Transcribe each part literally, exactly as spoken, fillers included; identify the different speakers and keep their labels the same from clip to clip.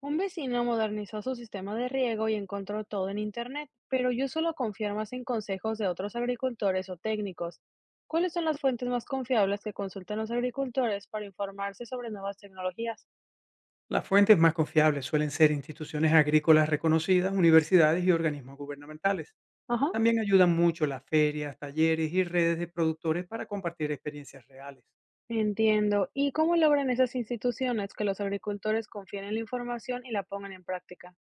Speaker 1: Un vecino modernizó su sistema de riego y encontró todo en Internet, pero yo suelo confiar más en consejos de otros agricultores o técnicos. ¿Cuáles son las fuentes más confiables que consultan los agricultores para informarse sobre nuevas tecnologías?
Speaker 2: Las fuentes más confiables suelen ser instituciones agrícolas reconocidas, universidades y organismos gubernamentales.
Speaker 1: Ajá,
Speaker 2: También ayudan mucho las ferias, talleres y redes de productores para compartir experiencias reales.
Speaker 1: entiendo. ¿Y cómo logran esas instituciones que los agricultores confíen en la información y la pongan en práctica?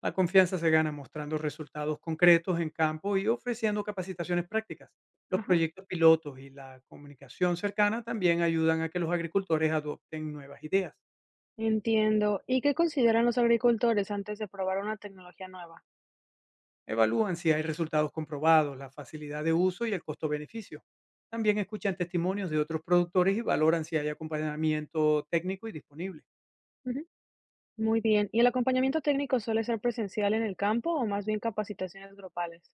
Speaker 2: La confianza se gana mostrando resultados concretos en campo y ofreciendo capacitaciones prácticas. Los
Speaker 1: Ajá,
Speaker 2: proyectos pilotos y la comunicación cercana también ayudan a que los agricultores adopten nuevas ideas.
Speaker 1: entiendo. ¿Y qué consideran los agricultores antes de probar una tecnología nueva?
Speaker 2: Evalúan si hay resultados comprobados, la facilidad de uso y el costo-beneficio. También escuchan testimonios de otros productores y valoran si hay acompañamiento técnico y disponible.
Speaker 1: Ujú. Muy bien. ¿Y el acompañamiento técnico suele ser presencial en el campo o más bien capacitaciones grupales?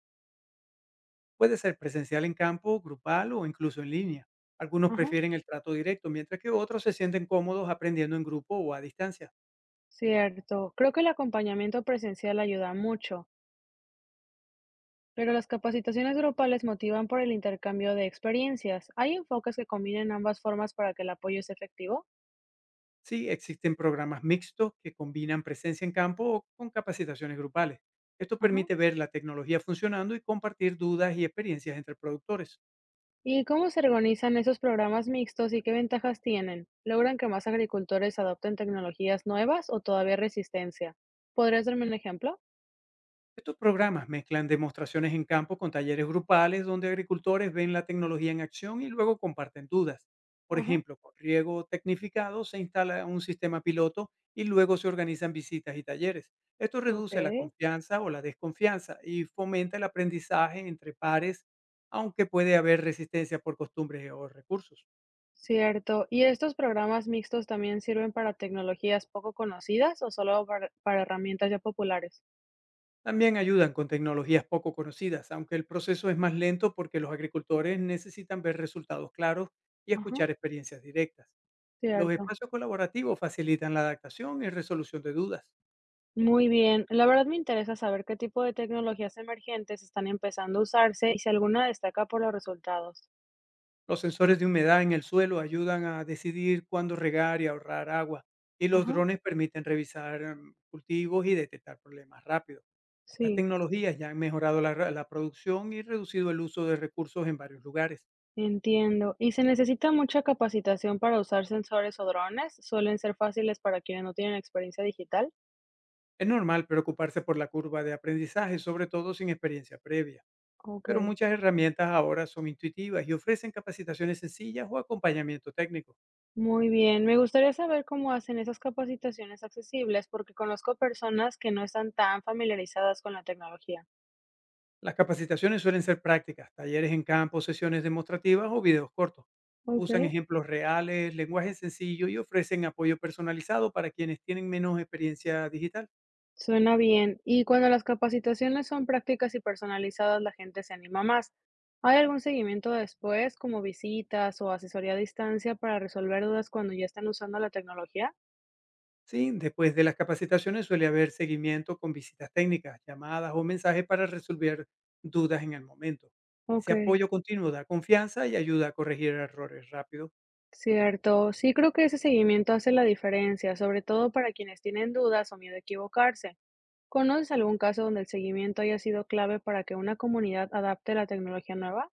Speaker 2: Puede ser presencial en campo, grupal o incluso en línea. Algunos
Speaker 1: Ajá,
Speaker 2: prefieren el trato directo, mientras que otros se sienten cómodos aprendiendo en grupo o a distancia.
Speaker 1: cierto. Creo que el acompañamiento presencial ayuda mucho, pero las capacitaciones grupales motivan por el intercambio de experiencias. ¿Hay enfoques que combinen ambas formas para que el apoyo sea efectivo?
Speaker 2: Sí, existen programas mixtos que combinan presencia en campo con capacitaciones grupales. Esto
Speaker 1: Ajá.
Speaker 2: permite ver la tecnología funcionando y compartir dudas y experiencias entre productores.
Speaker 1: ¿Y cómo se organizan esos programas mixtos y qué ventajas tienen? ¿Logran que más agricultores adopten tecnologías nuevas o todavía resistencia? ¿Podrías darme un ejemplo?
Speaker 2: Estos programas mezclan demostraciones en campo con talleres grupales donde agricultores ven la tecnología en acción y luego comparten dudas. Por
Speaker 1: Ajá,
Speaker 2: ejemplo, con riego tecnificado se instala un sistema piloto y luego se organizan visitas y talleres. Esto
Speaker 1: ok.
Speaker 2: reduce la confianza o la desconfianza y fomenta el aprendizaje entre pares, aunque puede haber resistencia por costumbres o recursos.
Speaker 1: Cierto. ¿Y estos programas mixtos también sirven para tecnologías poco conocidas o solo para, para herramientas ya populares?
Speaker 2: También ayudan con tecnologías poco conocidas, aunque el proceso es más lento porque los agricultores necesitan ver resultados claros y
Speaker 1: Ajá,
Speaker 2: escuchar experiencias directas. Los
Speaker 1: cierto.
Speaker 2: espacios colaborativos facilitan la adaptación y resolución de dudas.
Speaker 1: Muy bien. La verdad me interesa saber qué tipo de tecnologías emergentes están empezando a usarse y si alguna destaca por los resultados.
Speaker 2: Los sensores de humedad en el suelo ayudan a decidir cuándo regar y ahorrar agua, y los
Speaker 1: Ajá,
Speaker 2: drones permiten revisar em, cultivos y detectar problemas rápido. Estas
Speaker 1: sí,
Speaker 2: tecnologías ya han mejorado la la producción y reducido el uso de recursos en varios lugares.
Speaker 1: entiendo. ¿Y se necesita mucha capacitación para usar sensores o drones? ¿Suelen ser fáciles para quienes no tienen experiencia digital?
Speaker 2: Es normal preocuparse por la curva de aprendizaje, sobre todo sin experiencia previa,
Speaker 1: Ok.
Speaker 2: pero muchas herramientas ahora son intuitivas y ofrecen capacitaciones sencillas o acompañamiento técnico.
Speaker 1: Muy bien, me gustaría saber cómo hacen esas capacitaciones accesibles, porque conozco personas que no están tan familiarizadas con la tecnología.
Speaker 2: Las capacitaciones suelen ser prácticas, talleres en campo, sesiones demostrativas o videos cortos.
Speaker 1: Ok,
Speaker 2: Usan ejemplos reales, lenguaje sencillo y ofrecen apoyo personalizado para quienes tienen menos experiencia digital.
Speaker 1: suena bien. Y cuando las capacitaciones son prácticas y personalizadas, la gente se anima más. ¿Hay algún seguimiento después, como visitas o asesoría a distancia para resolver dudas cuando ya están usando la tecnología?
Speaker 2: Sí, después de las capacitaciones suele haber seguimiento con visitas técnicas, llamadas o mensajes para resolver dudas en el momento.
Speaker 1: Ok,
Speaker 2: Ese apoyo continuo da confianza y ayuda a corregir errores rápido.
Speaker 1: cierto. Sí creo que ese seguimiento hace la diferencia, sobre todo para quienes tienen dudas o miedo a equivocarse. ¿Conoces algún caso donde el seguimiento haya sido clave para que una comunidad adapte la tecnología nueva?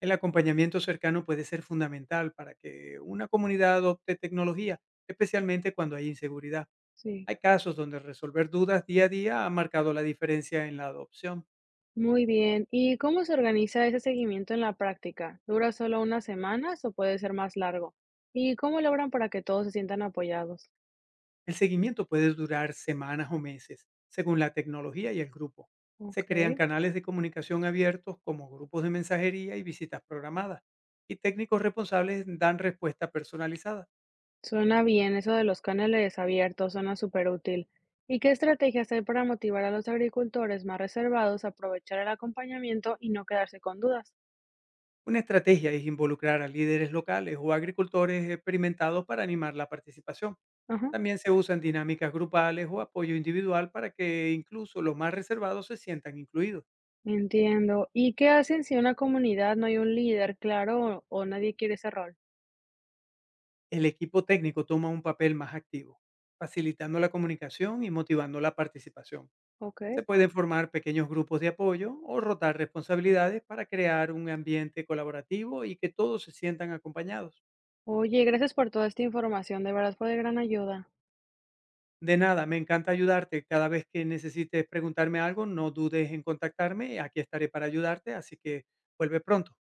Speaker 2: El acompañamiento cercano puede ser fundamental para que una comunidad adopte tecnología, especialmente cuando hay inseguridad.
Speaker 1: Sí.
Speaker 2: Hay casos donde resolver dudas día a día ha marcado la diferencia en la adopción.
Speaker 1: Muy bien. ¿Y cómo se organiza ese seguimiento en la práctica? ¿Dura solo unas semanas o puede ser más largo? ¿Y cómo logran para que todos se sientan apoyados?
Speaker 2: El seguimiento puede durar semanas o meses, según la tecnología y el grupo. Se
Speaker 1: Ok.
Speaker 2: crean canales de comunicación abiertos como grupos de mensajería y visitas programadas, y técnicos responsables dan respuesta personalizada.
Speaker 1: Suena bien, eso de los canales abiertos suena súper útil. ¿Y qué estrategias hay para motivar a los agricultores más reservados a aprovechar el acompañamiento y no quedarse con dudas?
Speaker 2: Una estrategia es involucrar a líderes locales o agricultores experimentados para animar la participación.
Speaker 1: Ajá.
Speaker 2: También se usan dinámicas grupales o apoyo individual para que incluso los más reservados se sientan incluidos.
Speaker 1: Entiendo. ¿Y qué hacen si en una comunidad no hay un líder claro o, o nadie quiere ese rol?
Speaker 2: El equipo técnico toma un papel más activo, facilitando la comunicación y motivando la participación.
Speaker 1: Ok.
Speaker 2: Se pueden formar pequeños grupos de apoyo o rotar responsabilidades para crear un ambiente colaborativo y que todos se sientan acompañados.
Speaker 1: Oye, gracias por toda esta información, de verdad fue de gran ayuda.
Speaker 2: De nada, me encanta ayudarte. Cada vez que necesites preguntarme algo, no dudes en contactarme. Aquí estaré para ayudarte, así que vuelve pronto.